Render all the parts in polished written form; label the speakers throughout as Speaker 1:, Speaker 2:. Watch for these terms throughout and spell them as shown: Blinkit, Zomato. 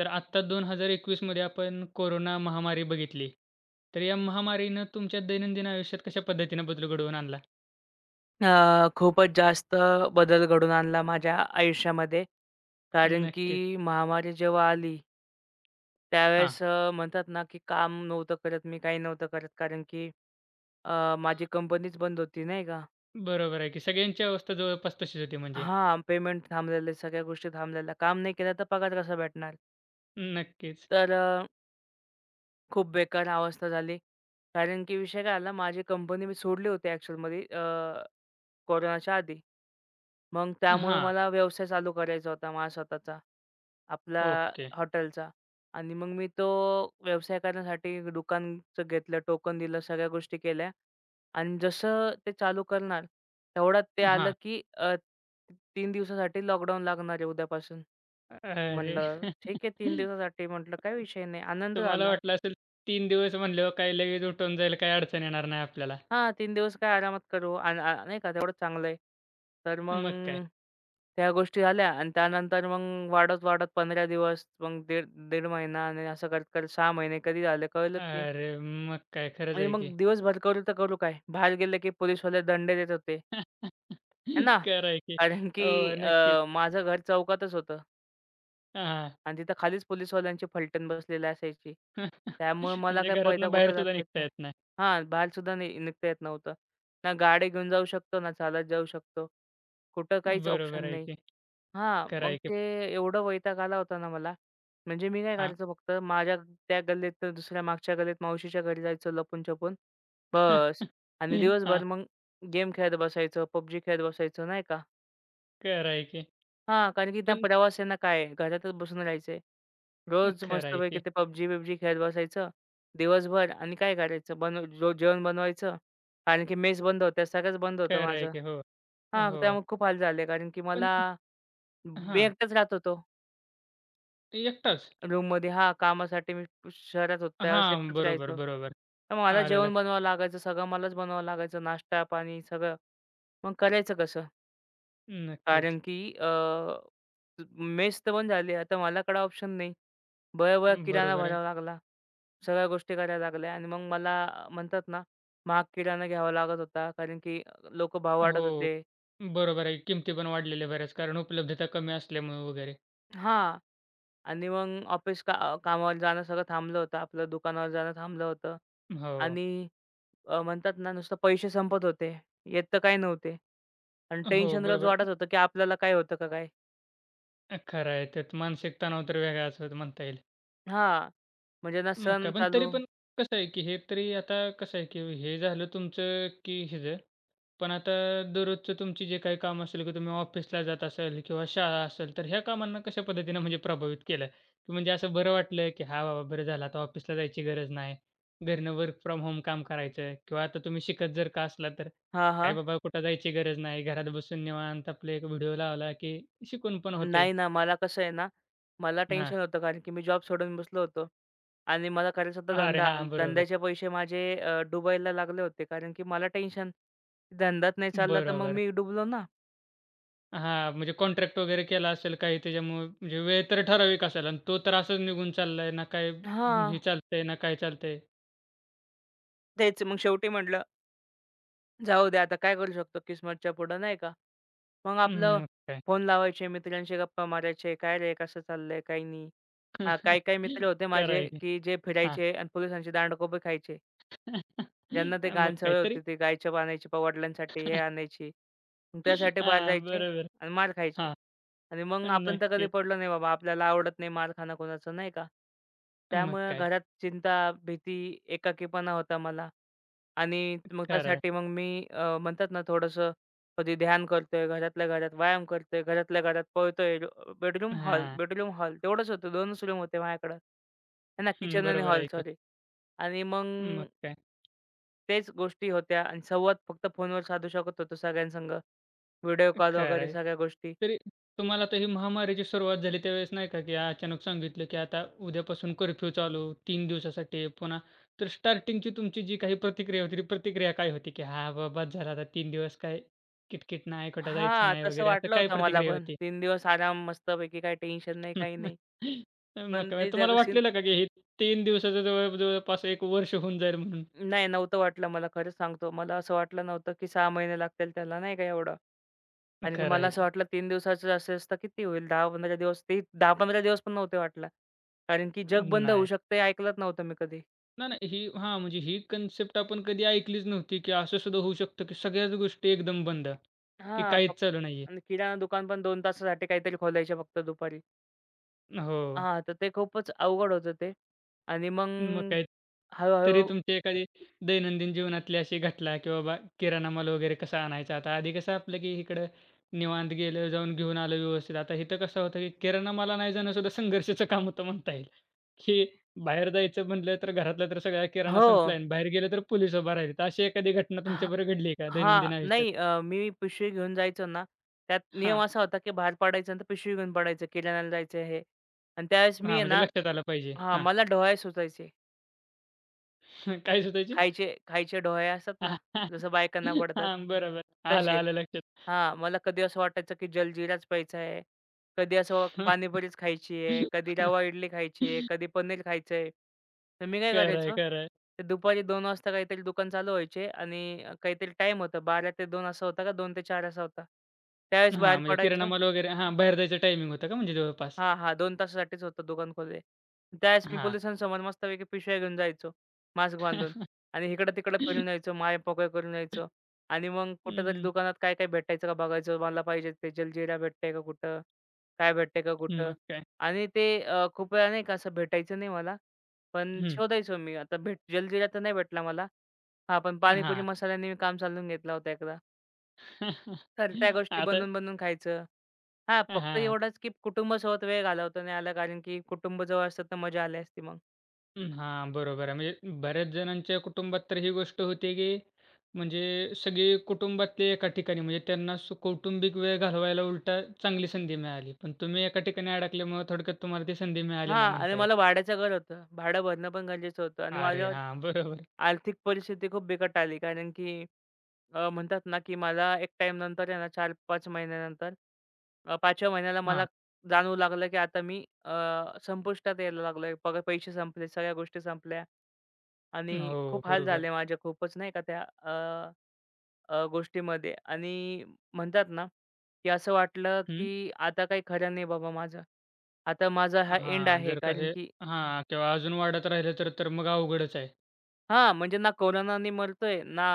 Speaker 1: तर आत्ता 2021 मध्ये आपण कोरोना महामारी बघितली. तर या महामारीनं तुमच्या दैनंदिन आयुष्यात कशा पद्धतीनं बदल घडवून आणला?
Speaker 2: खूपच जास्त बदल घडवून आणला माझ्या आयुष्यामध्ये. कारण की
Speaker 1: नक्कीच.
Speaker 2: महामारी जेव्हा आली,
Speaker 1: हां,
Speaker 2: त्यावेळेस म्हणतात ना, की काम नव्हतं करत मी, काही नव्हतं करत. कारण की माझी कंपनीच बंद होती, नाही का?
Speaker 1: बरोबर आहे की सगळ्यांची अवस्था जवळपास तशीच होती म्हणजे.
Speaker 2: हां, पेमेंट थांबलेले, सगळ्या गोष्टी थांबलेल्या. काम नाही केलं तर पगार कसा भेटणार?
Speaker 1: नक्कीच.
Speaker 2: तर खूप बेकार अवस्था झाली. कारण की विषय काय झाला, माझी कंपनी मी सोडली होती ॲक्चुअलमध्ये कोरोनाच्या आधी. मग त्यामुळे
Speaker 1: हां,
Speaker 2: मला व्यवसाय चालू करायचा होता माझा स्वतःचा. आपला
Speaker 1: ओके.
Speaker 2: हॉटेलचा आणि मग मी तो व्यवसाय करण्यासाठी दुकानचं घेतलं, टोकन दिलं, सगळ्या गोष्टी केल्या आणि जसं ते चालू करणार तेवढ्यात ते आलं,
Speaker 1: हां.
Speaker 2: की 3 दिवसासाठी लॉकडाऊन लागणार आहे उद्यापासून.
Speaker 1: अरे!
Speaker 2: म्हटलं ठीक आहे 3 दिवसासाठी म्हटलं काही विषय नाही. आनंद
Speaker 1: तुम्हाला
Speaker 2: झाला.
Speaker 1: वाटलं असेल 3 दिवस म्हणल्यावर काय लगेच उठून जाईल, काही अडचण येणार नाही आपल्याला.
Speaker 2: हां, 3 दिवस काय आरामात करू आणि नाही का तेवढंच चांगलं आहे. तर मग
Speaker 1: मग काय?
Speaker 2: त्या गोष्टी झाल्या आणि त्यानंतर मग वाढत-वाढत 15 दिवस, मग दीड दीड महिना आणि असं करत-करत 6 महिने कधी झाले कळलंच नाही.
Speaker 1: अरे मग काय? खरंच
Speaker 2: आणि
Speaker 1: आहे
Speaker 2: मग
Speaker 1: की.
Speaker 2: दिवसभर करू तर करू काय? बाहेर गेले की पोलिसवाले दंडे देत होते, है ना?
Speaker 1: खरं आहे की.
Speaker 2: कारण की
Speaker 1: हो, नक्कीच.
Speaker 2: माझं घर चौकातच होतं.
Speaker 1: हां.
Speaker 2: आणि तिथं खालीच पोलिसवाल्यांची फलटण बसलेली असायची. त्यामुळे मला
Speaker 1: म्हणजे
Speaker 2: काय पळता
Speaker 1: घरातनं बाहेर
Speaker 2: कुठं
Speaker 1: सुद्धा
Speaker 2: जाता येत
Speaker 1: निघता
Speaker 2: नाही.
Speaker 1: येत नाही.
Speaker 2: हां, बाहेरसुद्धा निघता येत नव्हतं. ना गाडी घेऊन जाऊ शकतो, ना चालत जाऊ शकतो. कुठं काहीच ऑप्शन
Speaker 1: बरोबर आहे
Speaker 2: नाही.
Speaker 1: की.
Speaker 2: हां,
Speaker 1: खरं
Speaker 2: मग
Speaker 1: आहे की.
Speaker 2: ते एवढं वैताग आला होता ना मला. म्हणजे मी काय
Speaker 1: हां.
Speaker 2: करायचो फक्त माझ्या त्या गल्लीतनं दुसऱ्या मागच्या गल्लीत मावशीच्या घरी जायचो लपून-छपून.
Speaker 1: हां.
Speaker 2: बस आणि दिवसभर मग गेम खेळत बसायचो, PUBG खेळत बसायचो नाही का?
Speaker 1: खरं आहे की.
Speaker 2: हां, कारण की ना
Speaker 1: पण
Speaker 2: प्रवास आहे ना काय आहे, घरातच बसून राहायचंय. रोज
Speaker 1: खरं आहे
Speaker 2: मस्तपैकी
Speaker 1: की.
Speaker 2: ते पबजी-बिबजी खेळत बसायचं दिवसभर आणि काय करायचं रोज जेवण बनवायचं. कारण की मेस बंद होत्या, सगळंच बंद होतं
Speaker 1: खरं आहे
Speaker 2: माझं.
Speaker 1: की. हो,
Speaker 2: हां,
Speaker 1: हो.
Speaker 2: त्यामुळे खूप हाल झाले कारण की
Speaker 1: पण
Speaker 2: मला मी
Speaker 1: हां,
Speaker 2: एकटाच राहत होतो
Speaker 1: एकटाच.
Speaker 2: रूममध्ये. हां, कामासाठी मी शहरात होतो त्यावेळेस
Speaker 1: हां,
Speaker 2: एकटाच
Speaker 1: बरोबर,
Speaker 2: राहायचो.
Speaker 1: बरोबर.
Speaker 2: तर मला
Speaker 1: आलं
Speaker 2: जेवण
Speaker 1: लक्षात.
Speaker 2: बनवावं लागायचं, सगळं मलाच बनवावं लागायचं, नाश्ता, पाणी सगळं. मग करायचं कसं?
Speaker 1: नक्कीच.
Speaker 2: कारण की मेस तर बंद झाली. आता मलाकडे ऑप्शन नाही. बळा-बळा किराणा
Speaker 1: बरोबर आहे.
Speaker 2: भरावा लागला. सगळ्या गोष्टी करायला लागल्या आणि मग मला म्हणतात ना, महाग किराणा घ्यावा लागत होता. कारण की लोकं भाव वाढत
Speaker 1: हो,
Speaker 2: होते.
Speaker 1: बरोबर आहे. किमती पण वाढलेल्या बऱ्याच कारण उपलब्धता कमी असल्यामुळे वगैरे.
Speaker 2: हां. आणि मग ऑफिस का कामावर जाणं सगळं थांबलं होतं. आपलं दुकानावर जाणं थांबलं होतं.
Speaker 1: हो,
Speaker 2: आणि म्हणतात ना, नुसतं पैसे संपत होते. येत तर काही नव्हते. आणि
Speaker 1: हो,
Speaker 2: टेन्शन रोज
Speaker 1: बरोबर.
Speaker 2: वाटत होतं, की आपल्याला काय होतं का काय?
Speaker 1: खरं आहे. त्यात मानसिक तणाव तर वेगळाच होत म्हणता येईल.
Speaker 2: हां. म्हणजे ना
Speaker 1: मग
Speaker 2: सण
Speaker 1: काय. पण तरी
Speaker 2: चालू.
Speaker 1: पण कसं आहे, की हे तरी आता कसं आहे, की हे झालं तुमचं, की ह्याचं. पण आता दररोजचं तुमची जे काही काम असेल, की तुम्ही ऑफिसला जात असाल किंवा शाळा असेल, तर ह्या कामांना कशा पद्धतीनं म्हणजे प्रभावित केलं? की म्हणजे असं बरं वाटलं, की "हां, बाबा बरं झालं आता ऑफिसला जायची गरज नाही. घरनं वर्क फ्रॉम होम काम करायचं" किंवा आता तुम्ही शिकत जर का असला तर,
Speaker 2: हां,
Speaker 1: "काय
Speaker 2: हां.
Speaker 1: बाबा कुठं जायची गरज नाही. घरात बसून निवांत आपले एक व्हिडिओ लावला, की शिकून पण होतंय."
Speaker 2: नाही ना, मला कसं आहे ना, मला
Speaker 1: हां.
Speaker 2: टेन्शन होतं कारण की मी जॉब सोडून बसलो होतो आणि मला करायचा होता
Speaker 1: अरे
Speaker 2: धंदा आणि
Speaker 1: हां, बरोबर.
Speaker 2: धंद्याचे पैसे माझे डुबायला लागले होते कारण की मला टेन्शन, धंदाच नाही चालला तर मग
Speaker 1: बरोबर.
Speaker 2: मी डुबलो ना.
Speaker 1: हां, म्हणजे कॉन्ट्रॅक्ट वगैरे केला असेल काही त्याच्यामुळे म्हणजे वेळ तर ठराविक असेल आणि तो तर असंच निघून चाललाय ना काय हे
Speaker 2: हां,
Speaker 1: चालतंय ना काय चालतंय.
Speaker 2: तेच मग शेवटी म्हटलं, जाऊ दे आता काय करू शकतो किस्मतच्या पुढं नाही का? मग
Speaker 1: हं,
Speaker 2: आपलं
Speaker 1: मग काय.
Speaker 2: फोन लावायचे, मित्रांशी गप्पा मारायचे, "काय रे, कसं चाललंय? काही नाही." हां, काही-काही मित्र होते
Speaker 1: खरं
Speaker 2: माझे,
Speaker 1: आहे की.
Speaker 2: की जे
Speaker 1: हां.
Speaker 2: फिरायचे आणि पोलिसांची दांडकोपे खायचे. ज्यांना ते
Speaker 1: मग
Speaker 2: घाण
Speaker 1: काय
Speaker 2: सवय
Speaker 1: तरी
Speaker 2: होती, ते गायछाप आणायची वडिलांसाठी, हे आणायची. मग त्यासाठी बाहेर
Speaker 1: हां,
Speaker 2: जायचे
Speaker 1: बरोबर.
Speaker 2: आणि मार खायचे.
Speaker 1: हां,
Speaker 2: आणि मग आपण तर कधी
Speaker 1: नक्कीच.
Speaker 2: पडलो नाही बाबा. आपल्याला आवडत नाही मार खाणं कोणाचं, नाही का?
Speaker 1: मग
Speaker 2: त्यामुळे
Speaker 1: काय.
Speaker 2: घरात चिंता, भीती, एकाकीपणा होता मला. आणि मग
Speaker 1: खरं आहे.
Speaker 2: त्यासाठी मग मी म्हणतात ना थोडंसं कधी ध्यान करतोय, घरातल्या घरात व्यायाम करतोय, घरातल्या घरात पळतोय. बेडरूम, हॉल,
Speaker 1: हां,
Speaker 2: बेडरूम, हॉल तेवढंच होतं. 2च रूम होते माझ्याकडं. आहे ना,
Speaker 1: हं,
Speaker 2: किचन आणि
Speaker 1: बरोबर
Speaker 2: हॉल
Speaker 1: आहे की.
Speaker 2: सॉरी. आणि मग
Speaker 1: मग काय.
Speaker 2: तेच गोष्टी होत्या आणि संवाद फक्त फोनवर साधू शकत होतो सगळ्यांसंग. व्हिडिओ कॉल
Speaker 1: खरं
Speaker 2: वगैरे
Speaker 1: आहे.
Speaker 2: सगळ्या गोष्टी.
Speaker 1: तरी तुम्हाला आता ही महामारीची सुरुवात झाली त्यावेळेस नाही का, की अचानक सांगितलं, की आता उद्यापासून कर्फ्यू चालू 3 दिवसासाठी पुन्हा तर स्टार्टिंगची तुमची जी काही प्रतिक्रिया होती, ती प्रतिक्रिया काय होती? की "हां, बाबा बस झालं आता 3 दिवस काय किटकिट नाही, कुठं जायचं
Speaker 2: हां,
Speaker 1: नाही"
Speaker 2: तसं
Speaker 1: वगैरे असं
Speaker 2: वाटलं
Speaker 1: काय
Speaker 2: होतं मला
Speaker 1: प्रतिक्रिया
Speaker 2: पण.
Speaker 1: होती?
Speaker 2: 3 दिवस आराम मस्तपैकी काही टेन्शन नाही, काही नाही.
Speaker 1: मग
Speaker 2: पण
Speaker 1: काय
Speaker 2: ते
Speaker 1: तुम्हाला
Speaker 2: जग.
Speaker 1: वाटलेलं का, की हे 3 दिवसाचं जवळपास 1 वर्ष होऊन जाईल म्हणून?
Speaker 2: नाही, नव्हतं वाटलं मला खरंच सांगतो. मला असं वाटलं नव्हतं, की 6 महिने लागतील त्याला नाही का एवढं. कारण की
Speaker 1: खरं
Speaker 2: मला
Speaker 1: आहे
Speaker 2: असं
Speaker 1: की.
Speaker 2: वाटलं 3 दिवसाचं असेल तर किती होईल 10-15 दिवस. ते 10-15 दिवस पण नव्हते वाटला. कारण की जग बंद होऊ
Speaker 1: नाही.
Speaker 2: शकतं हे ऐकलंच नव्हतं मी कधी.
Speaker 1: नाही, नाही. ही हां, म्हणजे ही कन्सेप्ट आपण कधी ऐकलीच नव्हती, की असं सुद्धा होऊ शकतं, की सगळ्याच गोष्टी एकदम बंद, की
Speaker 2: हां,
Speaker 1: काहीच
Speaker 2: फक्त.
Speaker 1: चालू नाहीये.
Speaker 2: आणि किराणा दुकान पण 2 तासासाठी काहीतरी खोलायचे फक्त दुपारी.
Speaker 1: हो.
Speaker 2: हां, तर ते खूपच अवघड होतं ते. आणि मग
Speaker 1: मग काय
Speaker 2: हळू.
Speaker 1: तरी तुमची एखादी दैनंदिन जीवनातली अशी घटना, की बाबा किराणा माल वगैरे कसा आणायचा? आता आधी कसं आपलं, की इकडं निवांत गेलं, जाऊन घेऊन आलं व्यवस्थित. आता इथं कसं होतं, की किराणा माल आणायला जाणं सुद्धा संघर्षाचं काम होतं म्हणता येईल, की बाहेर जायचं म्हटलं तर घरातला तर सगळा किराणा
Speaker 2: हो.
Speaker 1: संपलाय आणि बाहेर गेलं तर पोलीस उभा राहिलेत. अशी एखादी घटना तुमच्याबरोबर घडली आहे का
Speaker 2: हां.
Speaker 1: दैनंदिन आयुष्यात?
Speaker 2: नाही मी पिशवी घेऊन जायचो ना, त्यात नियम असा होता, की बाहेर पडायचं आणि तर पिशवी घेऊन पडायचं, किराण्याला जायचं हे आणि त्यावेळेस मी
Speaker 1: हां,
Speaker 2: आहे
Speaker 1: म्हणजे
Speaker 2: ना.
Speaker 1: लक्षात आलं पाहिजे.
Speaker 2: हां,
Speaker 1: हां,
Speaker 2: मला डोहाळे सुचायचे.
Speaker 1: काय शोधायची?
Speaker 2: खायचे खायचे डोहाळे असतात ना, जसं बायकांना पडतात,
Speaker 1: हां, बरोबर. आलं,
Speaker 2: तसे.
Speaker 1: आलं लक्षात.
Speaker 2: हां, मला कधी असं वाटायचं, की जलजीराच प्यायचा आहे. कधी असं पाणीपुरीच खायची आहे, कधी रवा इडली खायची आहे, कधी पनीर खायचं आहे. तर मी काय
Speaker 1: खरं आहे,
Speaker 2: करायचो,
Speaker 1: खरं आहे.
Speaker 2: ते दुपारी 2 वाजता काहीतरी दुकान चालू व्हायचे आणि काहीतरी टाईम होता 12 ते 2 असा होता का 2 ते 4 असा होता. त्यावेळेस
Speaker 1: हां,
Speaker 2: बाहेर
Speaker 1: म्हणजे किराणा
Speaker 2: पडायचो.
Speaker 1: माल वगैरे हां, बाहेर जायचं टायमिंग होतं का म्हणजे जवळपास?
Speaker 2: हां, हां. 2 तासासाठीच होतं दुकान खोलले. त्यावेळेस मी
Speaker 1: हां.
Speaker 2: पोलिसांसमोर मस्तपैकी पिशव्या घेऊन जायचो, मास्क बांधून आणि इकडं-तिकडं फिरून यायचो, मायपोकळ करून यायचो आणि मग कुठेतरी
Speaker 1: हं,
Speaker 2: दुकानात काय-काय भेटायचं का बघायचं. मला पाहिजे ते जलजिरा भेटतंय का कुठं? काय भेटतंय का कुठं?
Speaker 1: मग काय?
Speaker 2: आणि ते खूप वेळा नाही का असं भेटायचं नाही मला. पण
Speaker 1: हं,
Speaker 2: शोधायचो मी. आता भेट जलजिरा तर नाही भेटला मला. हां, पण पाणीपुरी
Speaker 1: हां.
Speaker 2: मसाल्याने मी काम चालवून घेतला होता एकदा. तर त्या गोष्टी
Speaker 1: आता
Speaker 2: बनवून-बनवून खायचं. हां, फक्त
Speaker 1: हां.
Speaker 2: एवढंच की कुटुंबासोबत वेळ घालवता नाही आला, कारण की कुटुंब जवळ असतं तर मजा आली असती मग.
Speaker 1: अं, हां, बरोबर आहे. म्हणजे बऱ्याच जणांच्या कुटुंबात तर ही गोष्ट होते, की म्हणजे सगळे कुटुंबातले एका ठिकाणी म्हणजे त्यांना सु कौटुंबिक वेळ घालवायला उलटा चांगली संधी मिळाली. पण तुम्ही एका ठिकाणी अडकल्यामुळं थोडक्यात तुम्हाला ती संधी मिळाली नाही
Speaker 2: हां आणि
Speaker 1: म्हणता येईल.
Speaker 2: मला भाड्याचं घर होतं. भाडं भरणं पण गरजेचं होतं आणि
Speaker 1: अरे
Speaker 2: माझ्यावर
Speaker 1: हां, बरोबर.
Speaker 2: आर्थिक परिस्थिती खूप बिकट आली. कारण की म्हणतात ना, की मला एक टाईमनंतर आहे ना 4-5 महिन्यानंतर 5व्या महिन्याला मला
Speaker 1: हां.
Speaker 2: जाणवू लागलं, की आता मी संपुष्टात यायला लागलोय. पगार पैसे संपले, सगळ्या गोष्टी संपल्या आणि
Speaker 1: हो,
Speaker 2: खूप हाल झाले
Speaker 1: बरोबर.
Speaker 2: माझे खूपच नाही का त्या गोष्टीमध्ये आणि म्हणतात ना, की असं वाटलं,
Speaker 1: हं.
Speaker 2: की आता काही खरं नाही बाबा माझं. आता माझा हा एंड
Speaker 1: हां,
Speaker 2: आहे.
Speaker 1: जर का
Speaker 2: कारण
Speaker 1: हे
Speaker 2: की
Speaker 1: हां, किंवा अजून वाढत राहिलं तर तर मग अवघडच आहे.
Speaker 2: हां, म्हणजे ना कोरोनाने मरतोय, ना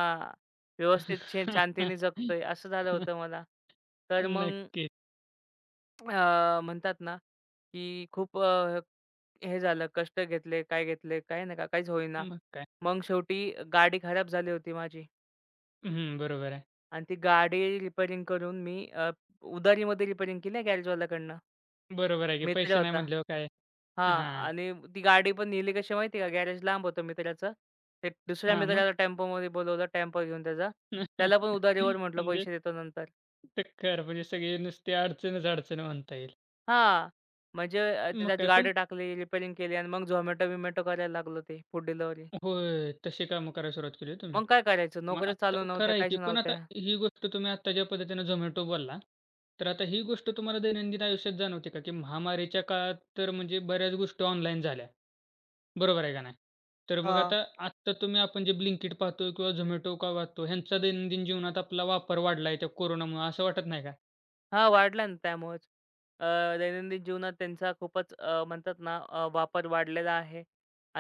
Speaker 2: व्यवस्थित शांतीने जगतोय, असं झालं होतं मला. तर मग
Speaker 1: नक्कीच.
Speaker 2: म्हणतात ना, की खूप हे झालं, कष्ट घेतले, काय घेतले, काही नका काहीच होईना.
Speaker 1: मग काय.
Speaker 2: मग शेवटी गाडी खराब झाली होती माझी
Speaker 1: हं, बरोबर आहे.
Speaker 2: आणि ती गाडी रिपेअरिंग करून मी उधारीमध्ये रिपेअरिंग केली गॅरेजवाल्याकडनं.
Speaker 1: बरोबर आहे, की
Speaker 2: मित्र
Speaker 1: पैसे नाही
Speaker 2: होता.
Speaker 1: म्हटल्यावर काय
Speaker 2: हां
Speaker 1: हां,
Speaker 2: आणि ती गाडी पण नेली कशी माहिती आहे का? गॅरेज लांब होतं मित्राचं. ते दुसऱ्या
Speaker 1: हां, मग?
Speaker 2: मित्राला टेम्पोमध्ये बोलवलं, टेम्पो घेऊन त्याचा. त्याला पण उधारीवर म्हटलं,
Speaker 1: म्हणजे
Speaker 2: "पैसे देतो नंतर."
Speaker 1: टक्कर म्हणजे सगळी नुसती अडचण म्हणता येईल.
Speaker 2: हां, म्हणजे
Speaker 1: मग
Speaker 2: त्याच्यात
Speaker 1: काय पण
Speaker 2: गाडी टाकली, रिपेअरिंग केली आणि मग Zomato बिमॅटो करायला लागलं ते फूड डिलिव्हरी.
Speaker 1: होय, तशी कामं करायला सुरुवात केली हो तुम्ही.
Speaker 2: मग काय करायचं?
Speaker 1: मग
Speaker 2: नोकऱ्या
Speaker 1: आता
Speaker 2: चालू
Speaker 1: खरं
Speaker 2: नव्हत्या,
Speaker 1: आहे
Speaker 2: काहीच
Speaker 1: की पण आता
Speaker 2: नव्हत्या.
Speaker 1: ही गोष्ट तुम्ही आता ज्या पद्धतीनं Zomato बोलला, तर आता ही गोष्ट तुम्हाला दैनंदिन आयुष्यात जाणवते का? की महामारीच्या काळात तर म्हणजे बऱ्याच गोष्टी ऑनलाईन झाल्या. बरोबर आहे का नाही? तर मग
Speaker 2: हां.
Speaker 1: आता आत्ता तुम्ही आपण जे Blinkit पाहतो किंवा Zomato का पाहतो, ह्यांचा दैनंदिन जीवनात आपला वापर वाढला त्या कोरोनामुळं असं वाटत नाही का?
Speaker 2: हां, वाढल्या ना त्यामुळेच. अ, दैनंदिन जीवनात त्यांचा खूपच म्हणतात ना वापर वाढलेला आहे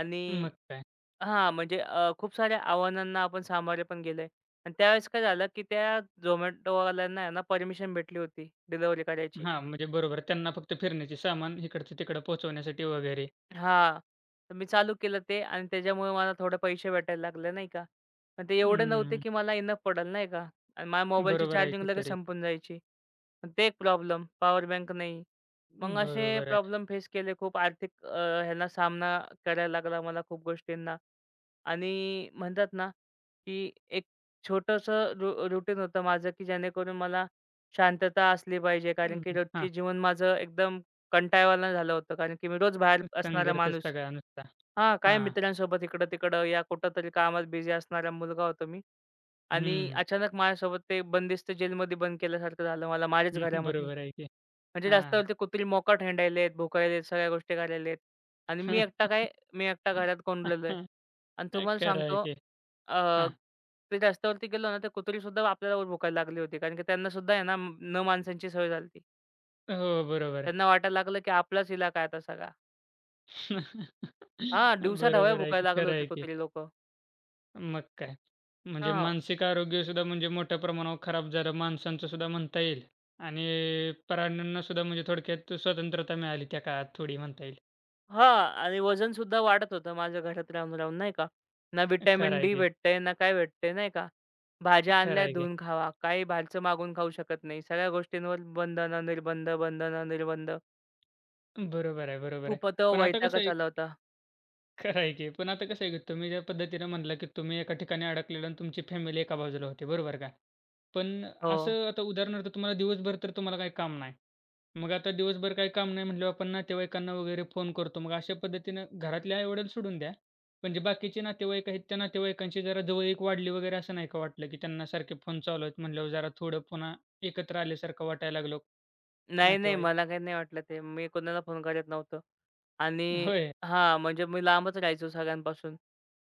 Speaker 2: आणि
Speaker 1: मग काय?
Speaker 2: हां, म्हणजे खूप साऱ्या आव्हानांना आपण सामोरे पण गेलोय आणि त्यावेळेस काय झालं, की त्या झोमॅटोवाल्यांना आहे ना परमिशन भेटली होती डिलिव्हरी करायची.
Speaker 1: हां, म्हणजे बरोबर. त्यांना फक्त फिरण्याचे सामान इकडचं-तिकडं पोहोचवण्यासाठी वगैरे.
Speaker 2: हां. तर मी चालू केलं ते आणि त्याच्यामुळे मला थोडे पैसे भेटायला लागले, नाही का. पण ते एवढे नव्हते,
Speaker 1: अं,
Speaker 2: की मला इनफ पडेल, नाही का. आणि माझ्या मोबाईलची
Speaker 1: बरोबर आहे
Speaker 2: चार्जिंग
Speaker 1: की
Speaker 2: लगेच
Speaker 1: तरी.
Speaker 2: संपून जायची. मग ते एक प्रॉब्लेम, पॉवर बँक नाही. मग असे
Speaker 1: बरोबर आहे.
Speaker 2: प्रॉब्लेम फेस केले खूप आर्थिक ह्यांना सामना करायला लागला मला खूप गोष्टींना. आणि म्हणतात ना, की एक छोटंसं रूटीन होतं माझं, की जेणेकरून मला शांतता असली पाहिजे कारण
Speaker 1: अं,
Speaker 2: की
Speaker 1: हां.
Speaker 2: रोजची जीवन माझं एकदम कंटाळवाणं झालं होतं. कारण की मी रोज बाहेर असणारा
Speaker 1: संघर्षच
Speaker 2: माणूस.
Speaker 1: सगळा नुसता.
Speaker 2: हां, काय
Speaker 1: हां.
Speaker 2: मित्रांसोबत इकडं-तिकडं या कुठं तरी कामात बिझी असणारा मुलगा होतो मी आणि
Speaker 1: हं.
Speaker 2: अचानक माझ्यासोबत ते बंदिस्त जेलमध्ये बंद केल्यासारखं झालं मला
Speaker 1: हं,
Speaker 2: माझ्याच घरामध्ये.
Speaker 1: बरोबर आहे की.
Speaker 2: म्हणजे
Speaker 1: हां.
Speaker 2: रस्त्यावरती कुत्री मोकाट हिंडायलेत, भुकायलेत, सगळ्या गोष्टी करायलेत आणि मी एकटा काय, मी एकटा घरात कोंडलेलो आहे.
Speaker 1: हां.
Speaker 2: आणि तुम्हाला
Speaker 1: खरं आहे
Speaker 2: सांगतो
Speaker 1: की.
Speaker 2: अ,
Speaker 1: हां.
Speaker 2: ते रस्त्यावरती गेलो ना, तर कुत्रीसुद्धा आपल्याला भुकायला लागली होती. कारण की त्यांनासुद्धा आहे ना, न माणसांची सवय झाली
Speaker 1: हो, बरोबर.
Speaker 2: त्यांना वाटायला लागलं की आपलाच इलाका आहे आता सगळा. हां, दिवसा डव्या
Speaker 1: बरोबर आहे की.
Speaker 2: भुकायला लागले
Speaker 1: खरं
Speaker 2: होते
Speaker 1: आहे की.
Speaker 2: कुत्री लोकं.
Speaker 1: मग काय. म्हणजे
Speaker 2: हां,
Speaker 1: मानसिक आरोग्यसुद्धा म्हणजे मोठ्या प्रमाणावर खराब झालं माणसांचं सुद्धा म्हणता येईल आणि प्राण्यांना सुद्धा म्हणजे थोडक्यात स्वतंत्रता मिळाली त्या काळात थोडी म्हणता येईल.
Speaker 2: हां. आणि वजनसुद्धा वाढत होतं माझं घरात राहून-राहून नाही का. ना
Speaker 1: खरं
Speaker 2: व्हिटॅमिन
Speaker 1: आहे
Speaker 2: डी
Speaker 1: की,
Speaker 2: भेटतंय, ना काय भेटतंय नाही का. भाज्या
Speaker 1: खरं
Speaker 2: आणल्या
Speaker 1: आहे की.
Speaker 2: धुवून खावा. काही बाहेरचं मागून खाऊ शकत नाही. सगळ्या गोष्टींवर बंधनं, निर्बंध, बंधनं, निर्बंध.
Speaker 1: बरोबर आहे.
Speaker 2: खूप तो
Speaker 1: पण आता कसं
Speaker 2: वैतागच
Speaker 1: आहे
Speaker 2: आला होता.
Speaker 1: खरं आहे की. पण आता कसं आहे की तुम्ही ज्या पद्धतीनं म्हणला की तुम्ही एका ठिकाणी अडकलेला आणि तुमची फॅमिली एका बाजूला होती, बरोबर का? पण
Speaker 2: हो.
Speaker 1: असं आता उदाहरणार्थ तुम्हाला दिवसभर तर तुम्हाला काही काम नाही. मग आता दिवसभर काही काम नाही म्हटल्यावर आपण नातेवाईकांना वगैरे फोन करतो. मग अशा पद्धतीनं घरातले आई सोडून द्या. पण जे बाकीचे नातेवाईक आहेत, त्या नातेवाईकांची जरा जवळीक वाढली वगैरे असं नाही का वाटलं, की त्यांना सारखे फोन चालू आहेत म्हणल्यावर जरा थोडं पुन्हा एकत्र आल्यासारखं वाटायला लागलो
Speaker 2: नाही, नाही.
Speaker 1: नातेवाईक?
Speaker 2: मला काही नाही वाटलं ते. मी कोणाला फोन करत नव्हतो. आणि
Speaker 1: होय.
Speaker 2: हां, म्हणजे मी लांबच राहायचो सगळ्यांपासून.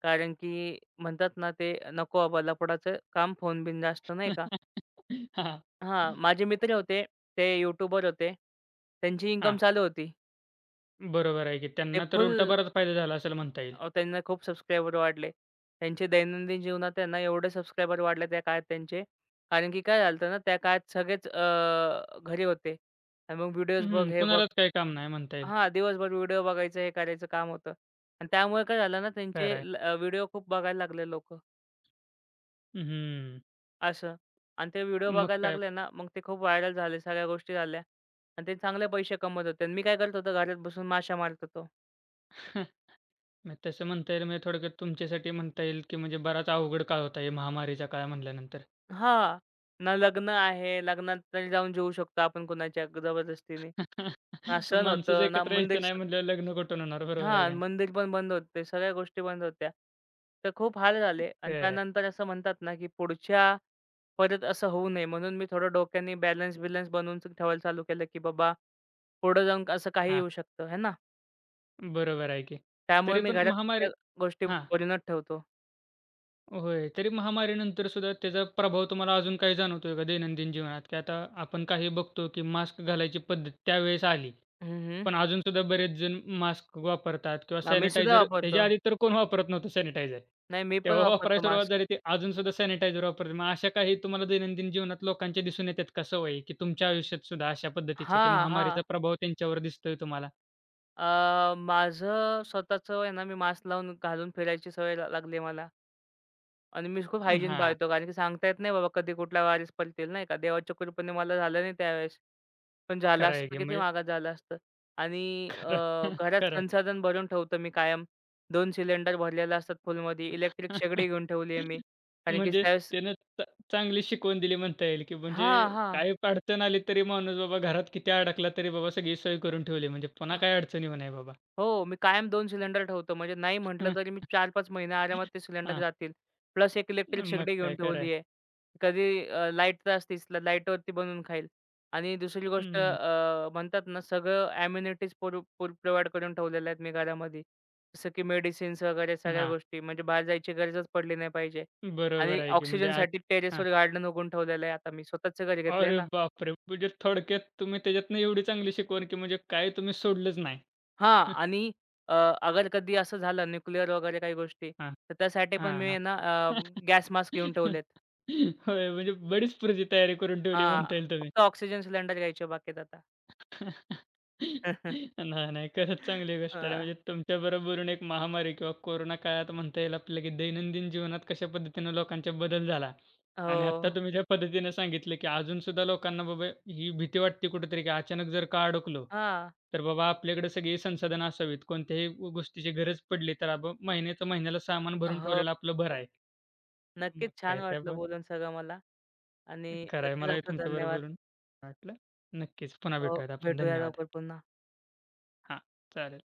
Speaker 2: कारण की म्हणतात ना, ते नको बाबा लफडाचं काम, फोन बिन जास्त नाही का.
Speaker 1: हां.
Speaker 2: हां, माझे मित्र होते. ते यूट्यूबर होते. त्यांची इन्कम
Speaker 1: हां.
Speaker 2: चालू होती.
Speaker 1: बरोबर आहे की
Speaker 2: ते
Speaker 1: त्यांना तर
Speaker 2: फुल
Speaker 1: उलटा बराच फायदा झाला असेल म्हणता येईल.
Speaker 2: त्यांना खूप सबस्क्रायबर वाढले. त्यांचे दैनंदिन जीवनात त्यांना एवढे सबस्क्रायबर वाढले त्या काळात त्यांचे. कारण की काय झालं ना, त्या काळात सगळेच घरी होते. आणि मग व्हिडिओज बघ,
Speaker 1: हं,
Speaker 2: हे बघ.
Speaker 1: कुणालाच काही काम नाही म्हणता येईल.
Speaker 2: हां, दिवसभर व्हिडिओ बघायचं, हे करायचं काम होतं. आणि त्यामुळे काय झालं ना, त्यांचे
Speaker 1: खरं आहे.
Speaker 2: व्हिडिओ खूप बघायला लागले लोकं.
Speaker 1: हं.
Speaker 2: असं. आणि ते व्हिडिओ
Speaker 1: मग
Speaker 2: बघायला
Speaker 1: काय
Speaker 2: लागले ना, मग ते खूप व्हायरल झाले, सगळ्या गोष्टी झाल्या आणि ते चांगले पैसे कमवत होते आणि मी काय करत होतो, घरात बसून माशा मारत होतो.
Speaker 1: मग तसं म्हणता येईल म्हणजे थोडक्यात तुमच्यासाठी म्हणता येईल की म्हणजे बराच अवघड काळ होता हे महामारीचा काळ म्हटल्यानंतर.
Speaker 2: हां, ना लग्न आहे, लग्नात तरी जाऊन जेवू शकतो आपण कुणाच्या जबरदस्तीने. ना सण
Speaker 1: माणसंच
Speaker 2: होतं, ना
Speaker 1: एकत्र
Speaker 2: मंदिर
Speaker 1: यायचं नाही म्हटल्यावर लग्न कुठून होणार बरोबर आहे
Speaker 2: हां,
Speaker 1: का नाही?
Speaker 2: मंदिर पण बंद होते, सगळ्या गोष्टी बंद होत्या. तर खूप हाल झाले आणि
Speaker 1: खरं आहे.
Speaker 2: त्यानंतर असं म्हणतात ना, की पुढच्या परत असं होऊ नये म्हणून मी थोडं डोक्याने बॅलन्स-बिलन्स बनवून ठेवायला चालू केलं, की बाबा पुढे जाऊन असं काही
Speaker 1: हां,
Speaker 2: येऊ शकतं, है ना?
Speaker 1: बरोबर आहे की.
Speaker 2: त्यामुळे
Speaker 1: तरी
Speaker 2: मी
Speaker 1: पण
Speaker 2: घरात त्या
Speaker 1: महामारी
Speaker 2: गोष्टी
Speaker 1: हां.
Speaker 2: बनवूनच ठेवतो.
Speaker 1: होय. तरी महामारीनंतर सुद्धा त्याचा प्रभाव तुम्हाला अजून काही जाणवतोय का दैनंदिन जीवनात? की आता आपण काही बघतो, की मास्क घालायची पद्धत त्यावेळेस आली.
Speaker 2: हं, हं.
Speaker 1: पण अजून सुद्धा बरेच जण मास्क वापरतात किंवा
Speaker 2: मी सुद्धा
Speaker 1: सॅनिटायझर
Speaker 2: वापरतो.
Speaker 1: ह्याच्या आधी तर कोण वापरत नव्हतं सॅनिटायझर.
Speaker 2: नाही, मी पण
Speaker 1: तेव्हा वापरायला
Speaker 2: वापरतो
Speaker 1: सुरुवात
Speaker 2: मास्क.
Speaker 1: झाली ते अजून सुद्धा सॅनिटायझर वापरतात. मग अशा काही तुम्हाला दैनंदिन जीवनात लोकांच्या दिसून येतात का सवयी? की तुमच्या आयुष्यात सुद्धा अशा पद्धतीच्या की
Speaker 2: हां,
Speaker 1: महामारीचा
Speaker 2: हां.
Speaker 1: प्रभाव त्यांच्यावर दिसतोय तुम्हाला?
Speaker 2: माझं स्वतःचं आहे ना, मी मास्क लावून घालून फिरायची सवय लागली मला आणि मी खूप हायजीन
Speaker 1: हां.
Speaker 2: पाळतो. कारण की सांगता येत नाही बाबा कधी कुठला वारीस पलटेल, नाही का. देवाच्या कृपेने मला झालं नाही त्यावेळेस. पण झालं
Speaker 1: खरं
Speaker 2: असतं
Speaker 1: आहे
Speaker 2: तर
Speaker 1: की
Speaker 2: किती
Speaker 1: म्हणजे
Speaker 2: महागात झालं असतं. आणि
Speaker 1: खरं,
Speaker 2: घरात
Speaker 1: खरं.
Speaker 2: संसाधन भरून ठेवतो मी कायम. 2 सिलेंडर भरलेले असतात फुलमध्ये. इलेक्ट्रिक शेगडी घेऊन ठेवली आहे मी. कारण की
Speaker 1: म्हणजे
Speaker 2: त्यावेळेस.
Speaker 1: त्यानं चा चांगली शिकवण दिली म्हणता येईल, की म्हणजे
Speaker 2: हां, हां.
Speaker 1: काही अडचण आली तरी माणूस बाबा घरात किती अडकला तरी बाबा सगळी सोय करून ठेवली. म्हणजे पुन्हा काही अडचण येऊ नये बाबा.
Speaker 2: हो, मी कायम 2 सिलेंडर ठेवतो. म्हणजे नाही म्हटलं तरी मी 4-5 महिने आरामात ते सिलेंडर
Speaker 1: हां,
Speaker 2: जातील. प्लस एक इलेक्ट्रिक
Speaker 1: मग
Speaker 2: शेगडी घेऊन
Speaker 1: काय खरं आहे.
Speaker 2: ठेवली आहे. कधी लाईट तर असतेच, लाईटवरती बनवून खाईल. आणि दुसरी गोष्ट
Speaker 1: हं,
Speaker 2: म्हणतात ना सगळं अम्युनिटीज पुर पुर करून ठेवलेल्या आहेत मी घरामध्ये. जसं की मेडिसिन्स वगैरे सगळ्या गोष्टी. म्हणजे बाहेर जायची गरजच पडली नाही पाहिजे.
Speaker 1: बरोबर
Speaker 2: आणि
Speaker 1: आहे की म्हणजे आज
Speaker 2: ऑक्सिजनसाठी
Speaker 1: हां,
Speaker 2: टेरेसवर गार्डन उगवून ठेवलेलं आहे आता मी. स्वतःच घर घेतलंय
Speaker 1: अरे
Speaker 2: ना.
Speaker 1: बापरे! म्हणजे थोडक्यात तुम्ही त्याच्यातनं एवढी चांगली शिकवण, की म्हणजे काय तुम्ही सोडलंच नाही.
Speaker 2: हां आणि अ, अगर कधी असं झालं न्यूक्लिअर वगैरे काही गोष्टी,
Speaker 1: हां,
Speaker 2: तर त्यासाठी
Speaker 1: हां,
Speaker 2: पण मी
Speaker 1: हां.
Speaker 2: आहे ना अ, गॅस मास्क घेऊन ठेवलेत.
Speaker 1: होय, म्हणजे बरीच पुढची तयारी करून ठेवली
Speaker 2: हां,
Speaker 1: म्हणता येईल तुम्ही.
Speaker 2: फक्त ऑक्सिजन सिलेंडर घ्यायचे बाकीत आता.
Speaker 1: नाही, नाही. खरंच चांगली
Speaker 2: अ,
Speaker 1: गोष्ट आहे. म्हणजे तुमच्याबरोबर बोलून एक महामारी किंवा कोरोना काळात म्हणता येईल आपल्याला, की दैनंदिन जीवनात कशा पद्धतीनं लोकांचा बदल झाला आणि आत्ता
Speaker 2: हो.
Speaker 1: तुम्ही ज्या पद्धतीने सांगितलं, की अजूनसुद्धा लोकांना बाबा ही भीती वाटते कुठेतरी, की अचानक जर का अडकलो,
Speaker 2: हां.
Speaker 1: तर बाबा आपल्याकडे सगळी संसाधनं असावीत. कोणत्याही गोष्टीची गरज पडली, तर आपण महिन्याचं महिन्याला सामान भरून
Speaker 2: हो,
Speaker 1: ठेवलेलं आपलं बरं
Speaker 2: हो.
Speaker 1: आहे. मग
Speaker 2: नक्कीच छान
Speaker 1: काय त्या
Speaker 2: वाटलं
Speaker 1: ब
Speaker 2: बोलून सगळं मला आणि
Speaker 1: खरं आहे.
Speaker 2: नक्कीच
Speaker 1: मलाही
Speaker 2: आपलं
Speaker 1: तुमच्याबरोबर
Speaker 2: धन्यवाद.
Speaker 1: बोलून वाटलं. नक्कीच. पुन्हा
Speaker 2: हो,
Speaker 1: भेटूयात आपण.
Speaker 2: भेटूया
Speaker 1: धन्यवाद.
Speaker 2: लवकर पुन्हा.
Speaker 1: हां, चालेल.